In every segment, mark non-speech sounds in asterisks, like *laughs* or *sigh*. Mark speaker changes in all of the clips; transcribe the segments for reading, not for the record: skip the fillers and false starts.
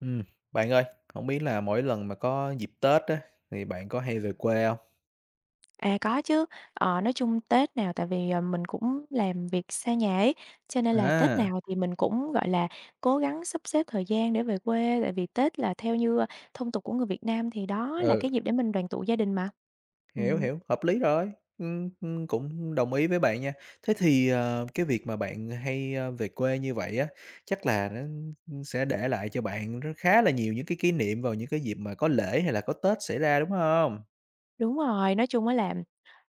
Speaker 1: Ừm, bạn ơi, không biết là mỗi lần mà có dịp Tết á, thì bạn có hay về quê không?
Speaker 2: À, có chứ. Ờ, nói chung Tết nào tại vì, mình cũng làm việc xa nhà ấy, cho nên là Tết
Speaker 1: À,
Speaker 2: nào thì mình cũng, gọi là, cố gắng sắp xếp thời gian để về quê, tại vì Tết là theo như, thông tục của người Việt Nam thì đó là
Speaker 1: ừ,
Speaker 2: cái dịp để mình đoàn tụ gia đình mà.
Speaker 1: hiểu,
Speaker 2: Ừm,
Speaker 1: hiểu, hợp lý rồi, cũng đồng ý với bạn nha. Thế thì, cái việc mà bạn hay, về quê như vậy á, chắc là nó, sẽ để lại cho bạn rất khá là nhiều những cái kỷ niệm vào những cái dịp mà có lễ hay là có Tết xảy ra, đúng không?
Speaker 2: đúng rồi, nói chung á là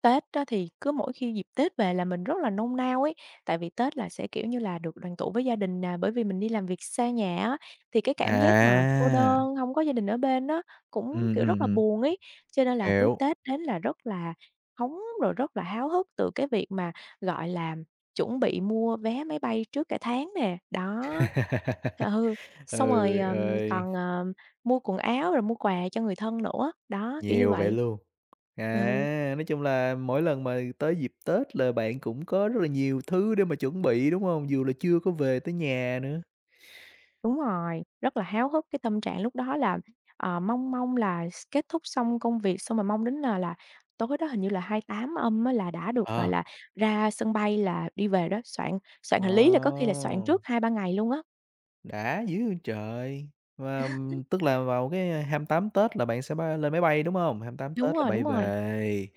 Speaker 2: Tết á thì cứ mỗi khi dịp Tết về là mình rất là nôn nao ấy, tại vì Tết là sẽ, kiểu như là, được đoàn tụ với gia đình nè, bởi vì mình đi làm việc xa nhà á, thì cái cảm giác mà cô
Speaker 1: À,
Speaker 2: đơn, không có gia đình ở bên á, cũng,
Speaker 1: ừm,
Speaker 2: kiểu,
Speaker 1: ừm,
Speaker 2: rất là
Speaker 1: ừm,
Speaker 2: buồn ấy. Cho nên là cứ
Speaker 1: hiểu.
Speaker 2: Tết đến là rất là hóng, rồi rất là háo hức từ cái việc mà, gọi là, chuẩn bị mua vé máy bay trước cả tháng nè, đó.
Speaker 1: *laughs*
Speaker 2: Ừ, xong rồi,
Speaker 1: Ừ, ơi,
Speaker 2: còn, mua quần áo rồi mua quà cho người thân nữa, đó, kiểu như
Speaker 1: nhiều vậy
Speaker 2: vậy.
Speaker 1: luôn.
Speaker 2: Ừ.
Speaker 1: À, nói chung là mỗi lần mà tới dịp Tết là bạn cũng có rất là nhiều thứ để mà chuẩn bị, đúng không? Dù là chưa có về tới nhà nữa.
Speaker 2: Đúng rồi, rất là háo hức, cái tâm trạng lúc đó là, mong mong là s kết thúc xong công việc, xong rồi mong đến, là tối đó hình như là 28 âm á là đã được, gọi
Speaker 1: Ờ.
Speaker 2: là, ra sân bay là đi về đó, soạn soạn
Speaker 1: Ồ,
Speaker 2: hành lý là có khi là soạn trước 2-3 ngày luôn á.
Speaker 1: đã dữ trời! Mà, tức là vào cái 28 Tết là bạn sẽ bay lên máy bay, đúng không? Hông? Tám
Speaker 2: Đúng
Speaker 1: Tết là
Speaker 2: rồi, đúng
Speaker 1: bay
Speaker 2: rồi.
Speaker 1: về.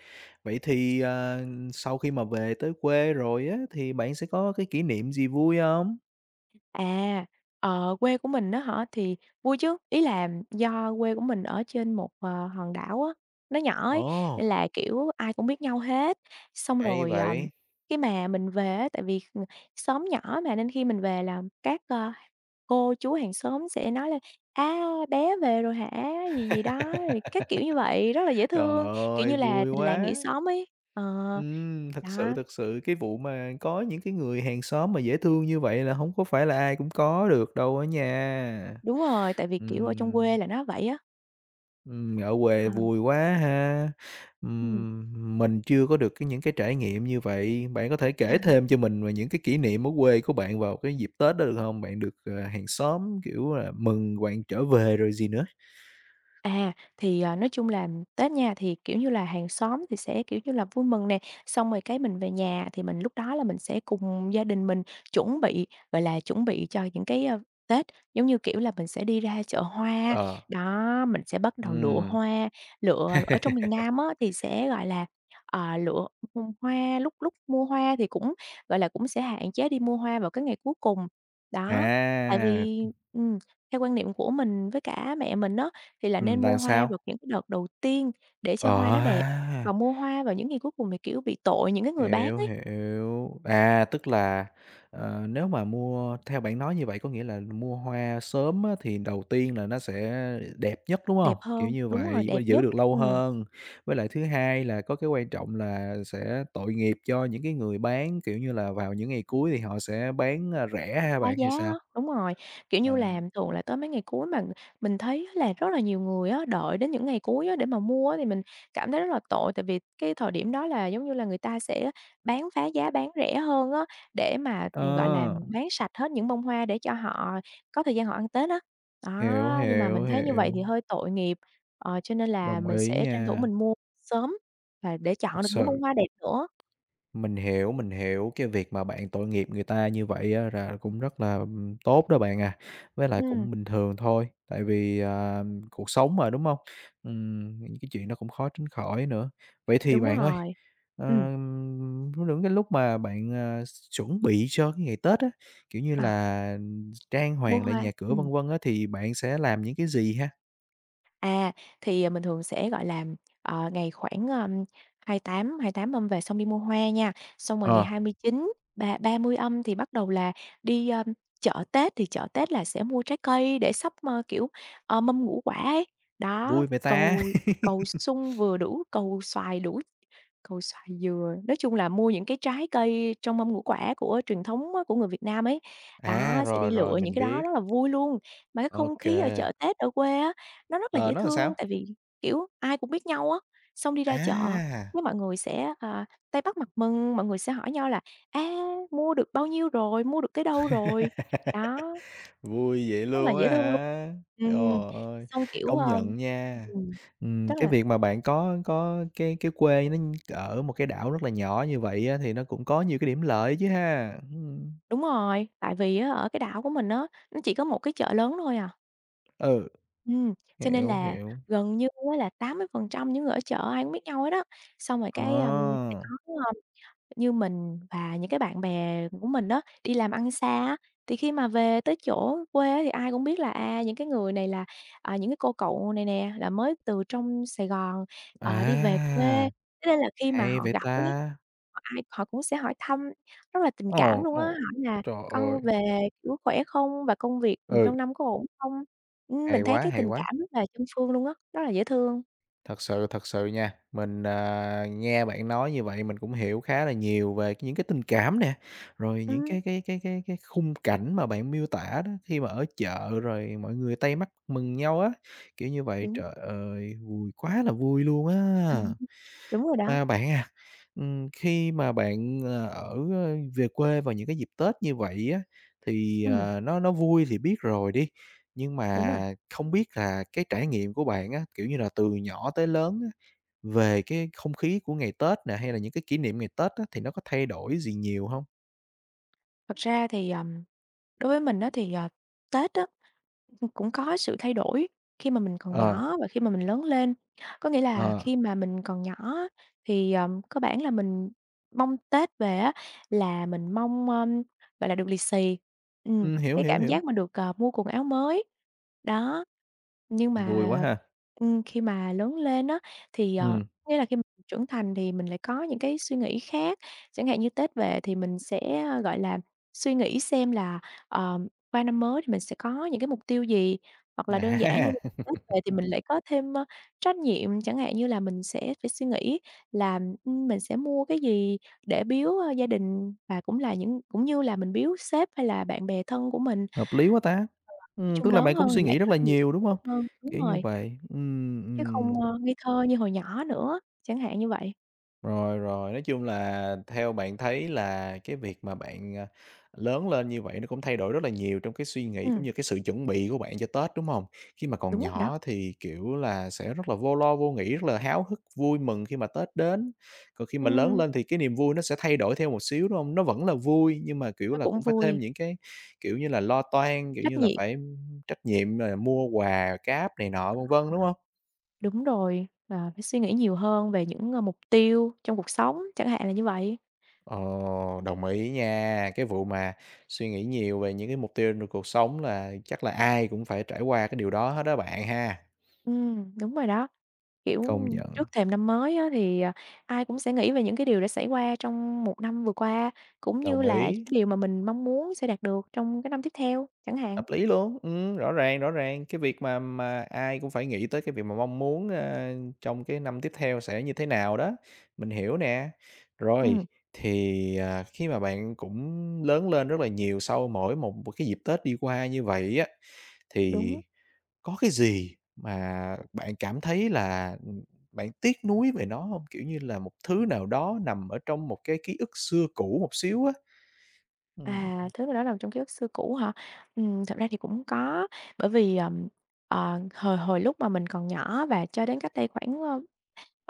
Speaker 1: Vậy thì, sau khi mà về tới quê rồi á, thì bạn sẽ có cái kỷ niệm gì vui không?
Speaker 2: À, quê của mình á hả? Thì vui chứ, ý là do quê của mình ở trên một, hòn đảo á, nó nhỏ ấy,
Speaker 1: Ồ,
Speaker 2: nên là, kiểu, ai cũng biết nhau hết. Xong
Speaker 1: hay
Speaker 2: rồi,
Speaker 1: vậy!
Speaker 2: khi mà mình về á, tại vì, xóm nhỏ mà, nên khi mình về là các, cô chú hàng xóm sẽ nói là "A, bé về rồi hả?" gì gì đó, rồi các kiểu
Speaker 1: *laughs*
Speaker 2: như vậy, rất là dễ
Speaker 1: Trời
Speaker 2: thương, kiểu
Speaker 1: ơi,
Speaker 2: như là,
Speaker 1: vui
Speaker 2: tình làng nghĩa
Speaker 1: quá!
Speaker 2: xóm ấy. Ờ,
Speaker 1: Ừm, thật sự,
Speaker 2: đó,
Speaker 1: thật sự cái vụ mà có những cái người hàng xóm mà dễ thương như vậy là hổng có phải là ai cũng có được đâu á nha.
Speaker 2: đúng rồi, tại vì, kiểu, ở trong
Speaker 1: Ừm,
Speaker 2: quê là nó vậy á.
Speaker 1: ở quê
Speaker 2: Ờ,
Speaker 1: vui quá ha.
Speaker 2: ừm.
Speaker 1: Mình chưa có được cái những cái trải nghiệm như vậy, bạn có thể kể thêm cho mình về những cái kỷ niệm ở quê của bạn vào cái dịp Tết đó được hông? Bạn được, hàng xóm, kiểu là, mừng bạn trở về rồi gì nữa?
Speaker 2: À, thì, à, nói chung là Tết nha, thì, kiểu như là, hàng xóm thì sẽ, kiểu như là, vui mừng nè, xong rồi cái mình về nhà thì mình lúc đó là mình sẽ cùng gia đình mình chuẩn bị, gọi là, chuẩn bị cho những cái, Tết. Giống như, kiểu là, mình sẽ đi ra chợ hoa,
Speaker 1: Ờ.
Speaker 2: đó, mình sẽ bắt đầu lựa
Speaker 1: Ừm,
Speaker 2: hoa, lựa ở trong miền Nam á thì sẽ, gọi là, lựa mua hoa, lúc lúc mua hoa thì cũng, gọi là, cũng sẽ hạn chế đi mua hoa vào cái ngày cuối cùng. Đó, tại
Speaker 1: à,
Speaker 2: vì ừm, theo quan niệm của mình với cả mẹ mình á thì là nên mua
Speaker 1: là
Speaker 2: hoa
Speaker 1: sao?
Speaker 2: vào những cái đợt đầu tiên để cho
Speaker 1: Ờ
Speaker 2: hoa nó đẹp,
Speaker 1: ha!
Speaker 2: còn mua hoa vào những ngày cuối cùng thì, kiểu, bị tội những cái người bán
Speaker 1: Hiểu,
Speaker 2: ấy,
Speaker 1: hiểu. À, tức là, nếu mà mua theo bạn nói như vậy có nghĩa là mua hoa sớm á, thì đầu tiên là nó sẽ đẹp nhất, đúng
Speaker 2: đẹp
Speaker 1: không? Kiểu
Speaker 2: hơn
Speaker 1: như
Speaker 2: đúng rồi,
Speaker 1: vậy, và
Speaker 2: đẹp
Speaker 1: giữ
Speaker 2: nhất.
Speaker 1: được lâu
Speaker 2: Ừm.
Speaker 1: hơn. Với lại thứ hai là có cái quan trọng là sẽ tội nghiệp cho những cái người bán, kiểu như là, vào những ngày cuối thì họ sẽ bán, a, rẻ ha
Speaker 2: Phá
Speaker 1: bạn,
Speaker 2: giá
Speaker 1: hay
Speaker 2: á,
Speaker 1: sao?
Speaker 2: đúng rồi, kiểu
Speaker 1: À,
Speaker 2: như là, thường là tới mấy ngày cuối mà mình thấy á là rất là nhiều người á, đợi đến những ngày cuối á để mà mua á thì mình cảm thấy rất là tội, tại vì cái thời điểm đó là, giống như là, người ta sẽ bán phá giá, bán rẻ hơn á, để mà, gọi là,
Speaker 1: ờ,
Speaker 2: bán sạch hết những bông hoa để cho họ có thời gian họ ăn Tết á.
Speaker 1: hiểu,
Speaker 2: Đó, nhưng mà
Speaker 1: hiểu,
Speaker 2: mình thấy như vậy thì
Speaker 1: hiểu,
Speaker 2: hơi tội nghiệp, cho nên là
Speaker 1: đồng
Speaker 2: mình
Speaker 1: ý
Speaker 2: sẽ tranh thủ
Speaker 1: nha,
Speaker 2: mình mua sớm và để
Speaker 1: thật
Speaker 2: chọn được những bông
Speaker 1: sự.
Speaker 2: hoa đẹp nữa.
Speaker 1: Mình hiểu cái việc mà bạn tội nghiệp người ta như vậy á là cũng rất là, tốt đó bạn à, với lại
Speaker 2: Ừm,
Speaker 1: cũng bình thường thôi, tại vì, cuộc sống mà, đúng không? Những cái chuyện nó cũng khó tránh khỏi nữa. Vậy thì
Speaker 2: đúng
Speaker 1: bạn ơi,
Speaker 2: rồi. Ừm,
Speaker 1: những cái lúc mà bạn, chuẩn bị cho cái ngày Tết á, kiểu như
Speaker 2: ờ,
Speaker 1: là, trang
Speaker 2: mua
Speaker 1: hoàng lại
Speaker 2: hoa,
Speaker 1: nhà cửa,
Speaker 2: ừm.
Speaker 1: vân vân á, thì bạn sẽ làm những cái gì ha?
Speaker 2: À, thì, à, mình thường sẽ, gọi là, ngày khoảng, hai tám, 28 âm về xong đi mua hoa nha, xong rồi ngày
Speaker 1: Ờ,
Speaker 2: 29, ba 30 âm thì bắt đầu là đi, chợ Tết, thì chợ Tết là sẽ mua trái cây để sắp kiểu, mâm ngũ quả ấy. Đó,
Speaker 1: vui vậy ta?
Speaker 2: cầu cầu
Speaker 1: *laughs*
Speaker 2: sung vừa đủ, cầu xoài đủ. Cầu xoài dừa, nói chung là mua những cái trái cây trong mâm ngũ quả của truyền thống á, của người Việt Nam ấy.
Speaker 1: À,
Speaker 2: Đó, sẽ đi
Speaker 1: rồi, rồi,
Speaker 2: lựa những
Speaker 1: mình
Speaker 2: cái đó
Speaker 1: biết.
Speaker 2: rất là vui luôn. Mà cái
Speaker 1: Ok
Speaker 2: không khí
Speaker 1: kê.
Speaker 2: ở chợ Tết ở quê á, nó rất là
Speaker 1: Ờ,
Speaker 2: dễ
Speaker 1: nó làm sao?
Speaker 2: thương, tại vì, kiểu, ai cũng biết nhau á, xong đi ra chợ
Speaker 1: À!
Speaker 2: cái mọi người sẽ, tay bắt mặt mừng, mọi người sẽ hỏi nhau là "A, mua được bao nhiêu rồi? Mua được cái đâu rồi?"
Speaker 1: *laughs*
Speaker 2: Đó,
Speaker 1: Vui vậy
Speaker 2: rất là
Speaker 1: luôn
Speaker 2: dễ
Speaker 1: á
Speaker 2: thương luôn.
Speaker 1: hả? Trời
Speaker 2: Ừm,
Speaker 1: ơi,
Speaker 2: xong, kiểu,
Speaker 1: công
Speaker 2: ờm
Speaker 1: nhận nha.
Speaker 2: ừm, rất
Speaker 1: Cái
Speaker 2: là.
Speaker 1: việc mà bạn có có cái quê nó ở một cái đảo rất là nhỏ như vậy á, thì nó cũng có nhiều cái điểm lợi chứ ha?
Speaker 2: Đúng rồi, tại vì á ở cái đảo của mình á, nó chỉ có một cái chợ lớn thôi à.
Speaker 1: Ừ,
Speaker 2: Cho nên
Speaker 1: hiểu,
Speaker 2: là
Speaker 1: hiểu.
Speaker 2: gần như á là 80% những người ở chợ ai cũng biết nhau hết á. Xong rồi
Speaker 1: Ờ,
Speaker 2: cái, sẽ có như mình và những cái bạn bè của mình đó đi làm ăn xa á, thì khi mà về tới chỗ quê á thì ai cũng biết là, những cái người này là, những cái cô cậu này nè, là mới từ trong Sài Gòn, đi về quê,
Speaker 1: à,
Speaker 2: thế nên là khi mà
Speaker 1: hay
Speaker 2: họ
Speaker 1: vậy
Speaker 2: gặp ấy,
Speaker 1: ta!
Speaker 2: ai họ cũng sẽ hỏi thăm rất là tình cảm
Speaker 1: Ồ,
Speaker 2: luôn á,
Speaker 1: ồ,
Speaker 2: hỏi là
Speaker 1: trời ơi,
Speaker 2: "Con về, kiểu, khỏe không? Và công việc,
Speaker 1: ừ,
Speaker 2: trong năm có ổn không?"
Speaker 1: hay
Speaker 2: Mình thấy
Speaker 1: quá,
Speaker 2: cái
Speaker 1: hay
Speaker 2: tình
Speaker 1: quá!
Speaker 2: cảm rất là chân phương luôn á, rất là dễ thương.
Speaker 1: Thật sự nha, mình, nghe bạn nói như vậy mình cũng hiểu khá là nhiều về những cái tình cảm nè, rồi những
Speaker 2: Ừm,
Speaker 1: cái khung cảnh mà bạn miêu tả đó, khi mà ở chợ rồi mọi người tay mắt mừng nhau á, kiểu như vậy.
Speaker 2: đúng,
Speaker 1: Trời ơi, vui quá là vui luôn
Speaker 2: Ừ,
Speaker 1: á!
Speaker 2: đúng rồi đó.
Speaker 1: Mà bạn à, khi mà bạn, về quê vào những cái dịp Tết như vậy á, thì,
Speaker 2: Ừm,
Speaker 1: nó vui thì biết rồi đi, nhưng
Speaker 2: đúng rồi.
Speaker 1: mà không biết là cái trải nghiệm của bạn á, kiểu như là, từ nhỏ tới lớn á, về cái không khí của ngày Tết nè, hay là những cái kỷ niệm ngày Tết á, thì nó có thay đổi gì nhiều hông?
Speaker 2: Thật ra thì, đối với mình đó thì, Tết á, cũng có sự thay đổi khi mà mình còn
Speaker 1: Ờ,
Speaker 2: nhỏ và khi mà mình lớn lên. Có nghĩa là
Speaker 1: ờ,
Speaker 2: khi mà mình còn nhỏ á thì, cơ bản là mình mong Tết về á là mình mong, gọi là, được lì xì, ừm, cái cảm
Speaker 1: hiểu.
Speaker 2: giác mà được, mua quần áo mới, đó. Nhưng
Speaker 1: Vui
Speaker 2: mà,
Speaker 1: quá ha.
Speaker 2: khi mà lớn lên á thì,
Speaker 1: Ừm,
Speaker 2: nghĩa là khi mình trưởng thành thì mình lại có những cái suy nghĩ khác, chẳng hạn như Tết về thì mình sẽ, gọi là suy nghĩ xem là, ờ, qua năm mới thì mình sẽ có những cái mục tiêu gì, hoặc là đơn giản như là
Speaker 1: à,
Speaker 2: *laughs*
Speaker 1: *laughs*
Speaker 2: Tết về thì mình lại có thêm, trách nhiệm, chẳng hạn như là mình sẽ phải suy nghĩ là, mình sẽ mua cái gì để biếu, gia đình và cũng là cũng như là mình biếu sếp hay là bạn bè thân của mình.
Speaker 1: hợp lý quá ta.
Speaker 2: Ờ, nói chung
Speaker 1: Tức là
Speaker 2: lớn
Speaker 1: bạn
Speaker 2: hơn
Speaker 1: cũng suy
Speaker 2: thì lại
Speaker 1: nghĩ rất
Speaker 2: có
Speaker 1: là
Speaker 2: nhiều
Speaker 1: nhiều,
Speaker 2: suy
Speaker 1: đúng
Speaker 2: nghĩ
Speaker 1: hông?
Speaker 2: hơn đúng
Speaker 1: Kiểu như
Speaker 2: rồi,
Speaker 1: vậy,
Speaker 2: chứ không, ngây thơ như hồi nhỏ nữa, chẳng hạn như vậy.
Speaker 1: rồi, rồi, nói chung là theo bạn thấy là cái việc mà bạn, lớn lên như vậy nó cũng thay đổi rất là nhiều trong cái suy nghĩ cũng
Speaker 2: Ừm,
Speaker 1: như cái sự chuẩn bị của bạn cho Tết, đúng không? Khi mà còn
Speaker 2: đúng rồi đó.
Speaker 1: nhỏ thì, kiểu là, sẽ rất là vô lo vô nghĩ, rất là háo hức, vui mừng khi mà Tết đến. Còn khi mà lớn
Speaker 2: Ừm,
Speaker 1: lên thì cái niềm vui nó sẽ thay đổi theo một xíu, đúng không? Nó vẫn là vui nhưng mà, kiểu
Speaker 2: nó
Speaker 1: là,
Speaker 2: cũng
Speaker 1: cũng phải thêm
Speaker 2: vui,
Speaker 1: những cái, kiểu như là, lo toan, kiểu
Speaker 2: trách
Speaker 1: như là,
Speaker 2: nhiệm.
Speaker 1: phải trách nhiệm rồi mua quà cáp này nọ, vân vân, đúng không?
Speaker 2: Đúng rồi, và phải suy nghĩ nhiều hơn về những, mục tiêu trong cuộc sống, chẳng hạn là như vậy.
Speaker 1: Ồ, đồng ý nha. Cái vụ mà suy nghĩ nhiều về những cái mục tiêu trong cuộc sống là chắc là ai cũng phải trải qua cái điều đó hết đó bạn ha.
Speaker 2: Đúng rồi đó, kiểu,
Speaker 1: Công nhận.
Speaker 2: trước thềm năm mới á thì, ai cũng sẽ nghĩ về những cái điều đã xảy qua trong một năm vừa qua, cũng như
Speaker 1: Đồng
Speaker 2: là những
Speaker 1: ý,
Speaker 2: cái điều mà mình mong muốn sẽ đạt được trong cái năm tiếp theo chẳng hạn.
Speaker 1: hợp lý luôn. Rõ ràng. Cái việc mà ai cũng phải nghĩ tới cái việc mà mong muốn, trong cái năm tiếp theo sẽ như thế nào đó, mình hiểu nè. Rồi,
Speaker 2: Ừm,
Speaker 1: thì, khi mà bạn cũng lớn lên rất là nhiều sau mỗi một cái dịp Tết đi qua như vậy á, thì
Speaker 2: đúng.
Speaker 1: có cái gì mà bạn cảm thấy là, bạn tiếc nuối về nó hông? Kiểu như là, một thứ nào đó nằm ở trong một cái ký ức xưa cũ một xíu á.
Speaker 2: À,
Speaker 1: Ừm.
Speaker 2: thứ mà nó nằm trong ký ức xưa cũ hả? Thật ra thì cũng có, bởi vì, hồi hồi lúc mà mình còn nhỏ và cho đến cách đây khoảng,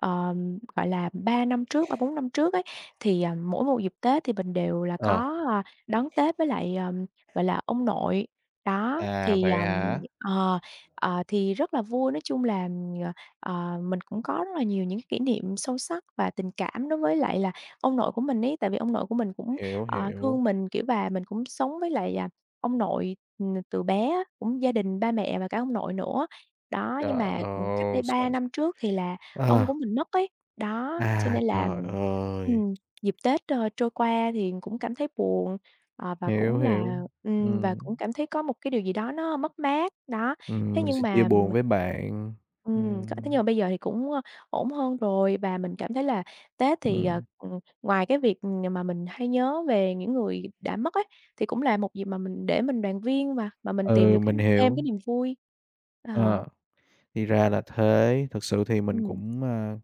Speaker 2: ờ, gọi là, 3 năm trước, 3-4 năm trước ấy, thì, mỗi một dịp Tết thì mình đều là
Speaker 1: Ờ,
Speaker 2: có, đón Tết với lại, gọi là, ông nội. Đó,
Speaker 1: à,
Speaker 2: thì,
Speaker 1: vậy hả?
Speaker 2: ờ, thì rất là vui, nói chung là, ờ, mình cũng có rất là nhiều những kỷ niệm sâu sắc và tình cảm đối với lại là ông nội của mình ấy. Tại vì ông nội của mình cũng,
Speaker 1: Hiểu, hiểu.
Speaker 2: thương mình, kiểu, và mình cũng sống với lại, ông nội, từ bé á, cũng gia đình ba mẹ và cả ông nội nữa. Đó, nhưng
Speaker 1: Trời
Speaker 2: mà, cách đây
Speaker 1: ơi, s
Speaker 2: 3 năm trước thì là ông
Speaker 1: ờ,
Speaker 2: của mình mất ấy. Đó, cho
Speaker 1: à,
Speaker 2: nên là
Speaker 1: trời ơi!
Speaker 2: ừm, dịp Tết, trôi qua thì cũng cảm thấy buồn, và
Speaker 1: Hiểu,
Speaker 2: cũng là
Speaker 1: hiểu.
Speaker 2: ừm, và
Speaker 1: Ừm,
Speaker 2: cũng cảm thấy có một cái điều gì đó nó mất mát, đó. Thế
Speaker 1: mình
Speaker 2: nhưng
Speaker 1: xin chia
Speaker 2: mà
Speaker 1: buồn với bạn.
Speaker 2: có thế
Speaker 1: Ừm,
Speaker 2: nhưng mà bây giờ thì cũng, ổn hơn rồi và mình cảm thấy là Tết thì,
Speaker 1: ừm,
Speaker 2: ngoài cái việc, mà mình hay nhớ về những người đã mất ấy, thì cũng là một dịp mà mình để mình đoàn viên mà mình tìm được
Speaker 1: ừ, mình
Speaker 2: thêm cái
Speaker 1: hiểu.
Speaker 2: niềm vui. Ờ,
Speaker 1: Ờ. Thì ra là thế, thực sự thì mình
Speaker 2: ừm.
Speaker 1: cũng, a,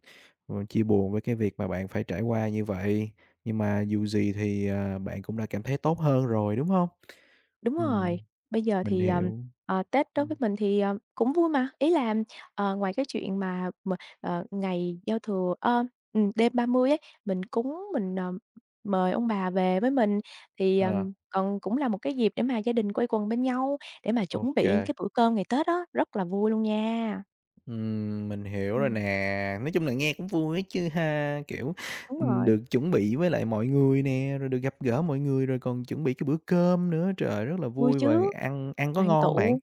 Speaker 1: ờ, chia buồn với cái việc mà bạn phải trải qua như vậy, nhưng mà dù gì thì, bạn cũng đã cảm thấy tốt hơn rồi, đúng không?
Speaker 2: Đúng rồi,
Speaker 1: Ừm,
Speaker 2: bây giờ
Speaker 1: mình
Speaker 2: thì,
Speaker 1: hiểu,
Speaker 2: Tết đối với
Speaker 1: ừm,
Speaker 2: mình thì, cũng vui mà, ý là, ngoài cái chuyện mà ngày giao thừa, đêm 30 ấy, mình cúng, mình, mời ông bà về với mình thì,
Speaker 1: ờ,
Speaker 2: còn cũng là một cái dịp để mà gia đình quây quần bên nhau, để mà
Speaker 1: ô
Speaker 2: chuẩn bị cái bữa cơm ngày Tết đó rất là vui luôn nha.
Speaker 1: mình hiểu rồi
Speaker 2: Ừm.
Speaker 1: nè. Nói chung là nghe cũng vui ấy chứ ha, kiểu,
Speaker 2: Đúng rồi,
Speaker 1: được chuẩn bị với lại mọi người nè, rồi được gặp gỡ mọi người, rồi còn chuẩn bị cái bữa cơm nữa, trời, rất là
Speaker 2: vui
Speaker 1: vui và
Speaker 2: chứ,
Speaker 1: ăn ăn có
Speaker 2: đoàn
Speaker 1: ngon không bạn?
Speaker 2: tụ.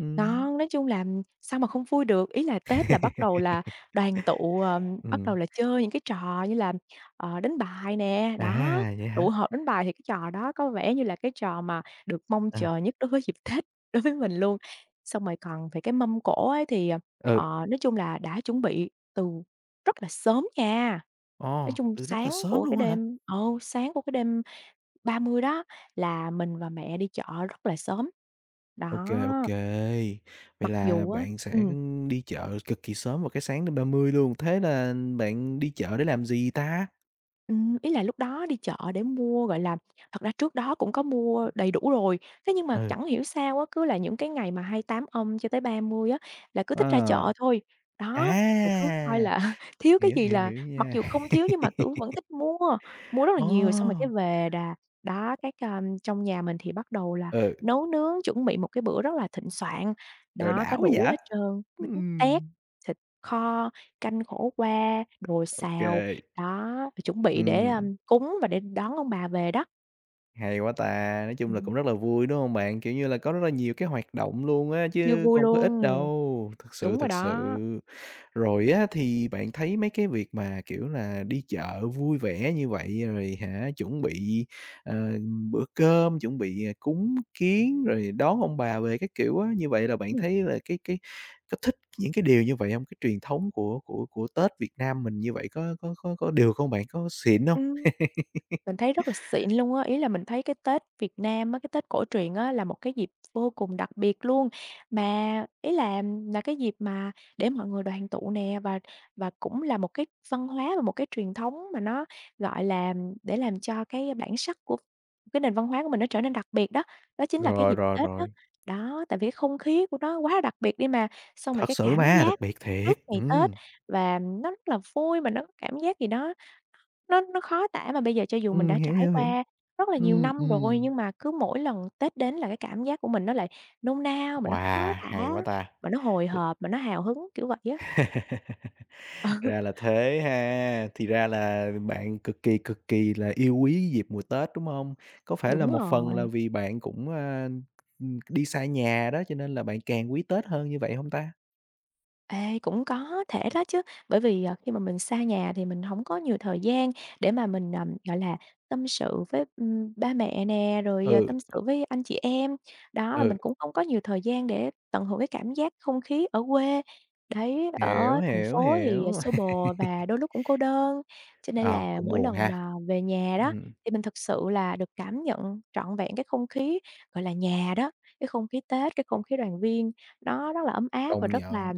Speaker 1: Ừm.
Speaker 2: Ngon, nói chung là sao mà không vui được, ý là Tết là bắt đầu là
Speaker 1: *laughs*
Speaker 2: đoàn tụ, bắt đầu
Speaker 1: Ừm,
Speaker 2: là chơi những cái trò như là, đánh bài nè, đó,
Speaker 1: à, vậy
Speaker 2: tụ
Speaker 1: hả?
Speaker 2: họp đánh bài thì cái trò đó có vẻ như là cái trò mà được mong
Speaker 1: Ờ.
Speaker 2: chờ nhất đối với dịp *laughs* Tết đối với mình luôn. Xong rồi còn về cái mâm cỗ ấy thì,
Speaker 1: Ừ,
Speaker 2: nói chung là đã chuẩn bị từ rất là sớm nha. Nói
Speaker 1: ồ,
Speaker 2: chung
Speaker 1: từ rất
Speaker 2: sáng
Speaker 1: là sớm
Speaker 2: của
Speaker 1: luôn á hả?
Speaker 2: sáng của cái đêm 30 đó là mình và mẹ đi chợ rất là sớm. Đó.
Speaker 1: Ok, ok, vậy
Speaker 2: Mặc
Speaker 1: là
Speaker 2: dù á
Speaker 1: bạn sẽ,
Speaker 2: ừm,
Speaker 1: đi chợ cực kỳ sớm vào cái sáng đêm 30 luôn, thế là bạn đi chợ để làm gì ta?
Speaker 2: ý là lúc đó đi chợ để mua, gọi là, thật ra trước đó cũng có mua đầy đủ rồi, thế nhưng mà
Speaker 1: Ừ,
Speaker 2: chẳng hiểu sao á, cứ là những cái ngày mà 28 âm cho tới 30 á, là cứ thích ra
Speaker 1: ờ,
Speaker 2: chợ thôi. Đó, rồi cứ coi
Speaker 1: à,
Speaker 2: là *laughs* thiếu cái
Speaker 1: hiểu,
Speaker 2: gì
Speaker 1: hiểu,
Speaker 2: là
Speaker 1: hiểu
Speaker 2: mặc
Speaker 1: nha.
Speaker 2: dù không thiếu nhưng mà cứ vẫn
Speaker 1: *laughs*
Speaker 2: thích mua, mua rất là nhiều, xong rồi cái
Speaker 1: Ồ,
Speaker 2: về đà đó, trong nhà mình thì bắt đầu là
Speaker 1: ừ,
Speaker 2: nấu nướng, chuẩn bị một cái bữa rất là thịnh soạn,
Speaker 1: trời,
Speaker 2: đó, có
Speaker 1: đảo quá
Speaker 2: đủ
Speaker 1: vậy!
Speaker 2: hết trơn. Tét,
Speaker 1: Ừm,
Speaker 2: thịt kho, canh khổ qua, đồ
Speaker 1: ô
Speaker 2: xào, đó, rồi chuẩn bị để,
Speaker 1: ừm,
Speaker 2: cúng và để đón ông bà về đó.
Speaker 1: hay quá ta. Nói chung là cũng
Speaker 2: Ừm,
Speaker 1: rất là vui, đúng không bạn? Kiểu như là, có rất là nhiều cái hoạt động luôn á,
Speaker 2: siêu
Speaker 1: chứ
Speaker 2: vui
Speaker 1: không có
Speaker 2: luôn,
Speaker 1: ít đâu, thật sự,
Speaker 2: đúng rồi
Speaker 1: thật sự.
Speaker 2: đó.
Speaker 1: Rồi á, thì bạn thấy mấy cái việc mà, kiểu là, đi chợ vui vẻ như vậy rồi hả, chuẩn bị, ờ, bữa cơm, chuẩn bị, cúng kiến rồi đón ông bà về các kiểu á, như vậy là bạn
Speaker 2: Ừm,
Speaker 1: thấy là cái có thích những cái điều như vậy không? Cái truyền thống của Tết Việt Nam mình như vậy có được không bạn? Có xịn không?
Speaker 2: ừm. Mình thấy rất là xịn luôn á, ý là mình thấy cái Tết Việt Nam á, cái Tết cổ truyền á là một cái dịp vô cùng đặc biệt luôn. Mà ý là cái dịp mà để mọi người đoàn tụ nè, và cũng là một cái văn hóa và một cái truyền thống mà nó, gọi là, để làm cho cái bản sắc của cái nền văn hóa của mình nó trở nên đặc biệt đó, đó chính là cái
Speaker 1: Rồi,
Speaker 2: dịp
Speaker 1: rồi,
Speaker 2: Tết đó.
Speaker 1: rồi.
Speaker 2: Đó, tại vì cái không khí của nó quá là đặc biệt đi mà, xong rồi
Speaker 1: Thật
Speaker 2: cái
Speaker 1: sự
Speaker 2: cảm
Speaker 1: mà, đặc
Speaker 2: giác
Speaker 1: biệt thiệt,
Speaker 2: trước ngày Tết và nó rất là vui, mà nó có cảm giác gì đó nó khó tả mà bây giờ cho dù mình đã
Speaker 1: hiểu,
Speaker 2: trải
Speaker 1: hiểu, hiểu,
Speaker 2: qua rất là nhiều năm rồi,
Speaker 1: ừm.
Speaker 2: nhưng mà cứ mỗi lần Tết đến là cái cảm giác của mình nó lại nôn nao, mà nó khó
Speaker 1: Wow,
Speaker 2: tả,
Speaker 1: hay quá ta!
Speaker 2: mà nó hồi hộp, mà nó hào hứng, kiểu vậy á.
Speaker 1: *laughs*
Speaker 2: *laughs*
Speaker 1: Ra là thế ha. Thì ra là bạn cực kỳ là yêu quý dịp mùa Tết, đúng không? Có
Speaker 2: Ừ,
Speaker 1: phải là
Speaker 2: đúng
Speaker 1: một phần là
Speaker 2: rồi.
Speaker 1: vì bạn cũng, đi xa nhà đó, cho nên là bạn càng quý Tết hơn như vậy không ta?
Speaker 2: Ê, cũng có thể đó chứ, bởi vì, khi mà mình xa nhà thì mình không có nhiều thời gian để mà mình, gọi là, tâm sự với, ba mẹ nè, rồi,
Speaker 1: Ừ,
Speaker 2: tâm sự với anh chị em. Đó, và
Speaker 1: ừ,
Speaker 2: mình cũng không có nhiều thời gian để tận hưởng cái cảm giác không khí ở quê. Đấy,
Speaker 1: hiểu,
Speaker 2: ở thành
Speaker 1: hiểu,
Speaker 2: phố thì,
Speaker 1: hiểu.
Speaker 2: xô bồ
Speaker 1: *laughs*
Speaker 2: và đôi lúc cũng cô đơn, cho nên
Speaker 1: Ờ,
Speaker 2: là
Speaker 1: cũng
Speaker 2: mỗi
Speaker 1: buồn
Speaker 2: lần
Speaker 1: ha.
Speaker 2: mà về nhà đó,
Speaker 1: Ừm,
Speaker 2: thì mình thực sự là được cảm nhận trọn vẹn cái không khí, gọi là, nhà đó, cái không khí Tết, cái không khí đoàn viên, nó rất là ấm áp và
Speaker 1: công
Speaker 2: rất
Speaker 1: nhận.
Speaker 2: là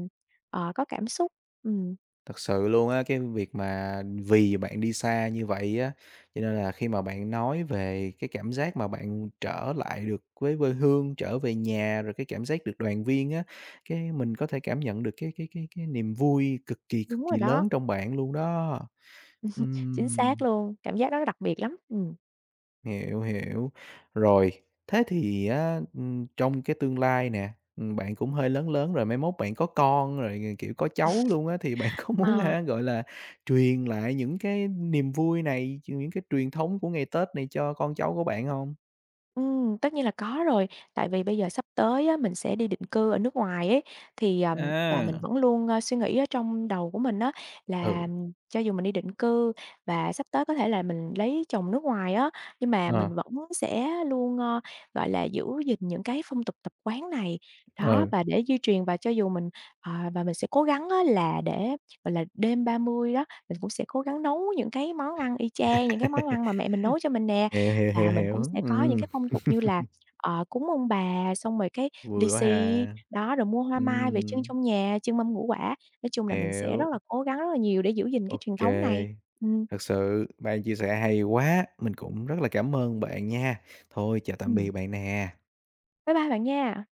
Speaker 2: Ờ, có cảm xúc, ừm,
Speaker 1: Thật sự luôn á, cái việc mà vì bạn đi xa như vậy á, cho nên là khi mà bạn nói về cái cảm giác mà bạn trở lại được với quê hương, trở về nhà, rồi cái cảm giác được đoàn viên á, cái mình có thể cảm nhận được cái niềm vui cực kỳ, cực
Speaker 2: đúng rồi
Speaker 1: kỳ
Speaker 2: đó,
Speaker 1: lớn trong bạn luôn đó.
Speaker 2: chính xác
Speaker 1: Ừm.
Speaker 2: luôn, cảm giác đó đặc biệt lắm.
Speaker 1: Hiểu. Rồi, thế thì á, trong cái tương lai nè, bạn cũng hơi lớn lớn rồi, mai mốt bạn có con rồi, kiểu, có cháu luôn á, thì *laughs* bạn có muốn
Speaker 2: Ờ.
Speaker 1: hả, gọi là, truyền lại những cái niềm vui này, những cái truyền thống của ngày Tết này cho con cháu của bạn hông?
Speaker 2: Tất nhiên là có rồi, tại vì bây giờ sắp tới á, mình sẽ đi định cư ở nước ngoài ấy, thì, và mình
Speaker 1: À.
Speaker 2: vẫn luôn, suy nghĩ ở trong đầu của mình á, là
Speaker 1: Ừ,
Speaker 2: cho dù mình đi định cư và sắp tới có thể là mình lấy chồng nước ngoài á, nhưng mà mình
Speaker 1: ờ,
Speaker 2: vẫn sẽ luôn, gọi là, giữ gìn những cái phong tục tập quán này. Đó,
Speaker 1: ừ.
Speaker 2: và để di truyền và cho dù mình ờ, và mình sẽ cố gắng á là để, gọi là, đêm 30 đó, mình cũng sẽ cố gắng nấu những cái món ăn y chang những cái món ăn mà
Speaker 1: *laughs*
Speaker 2: mẹ mình nấu cho mình nè.
Speaker 1: Hiểu, hiểu,
Speaker 2: Và
Speaker 1: hiểu,
Speaker 2: mình
Speaker 1: hiểu,
Speaker 2: cũng sẽ có những
Speaker 1: ừm,
Speaker 2: cái phong tục như là, cúng ông bà, xong rồi cái lì
Speaker 1: vui quá
Speaker 2: xì,
Speaker 1: ha.
Speaker 2: đó, rồi mua hoa mai về trưng
Speaker 1: Ừm,
Speaker 2: trong nhà, trưng mâm ngũ quả. Nói chung là mình sẽ rất
Speaker 1: hiểu,
Speaker 2: là cố gắng rất là nhiều để giữ gìn cái
Speaker 1: ô
Speaker 2: truyền thống này.
Speaker 1: kê.
Speaker 2: Ừm,
Speaker 1: Thật sự bạn chia sẻ hay quá, mình cũng rất là cảm ơn bạn nha. Thôi chào tạm
Speaker 2: ừm.
Speaker 1: biệt bạn nè.
Speaker 2: Bye bye bạn nha.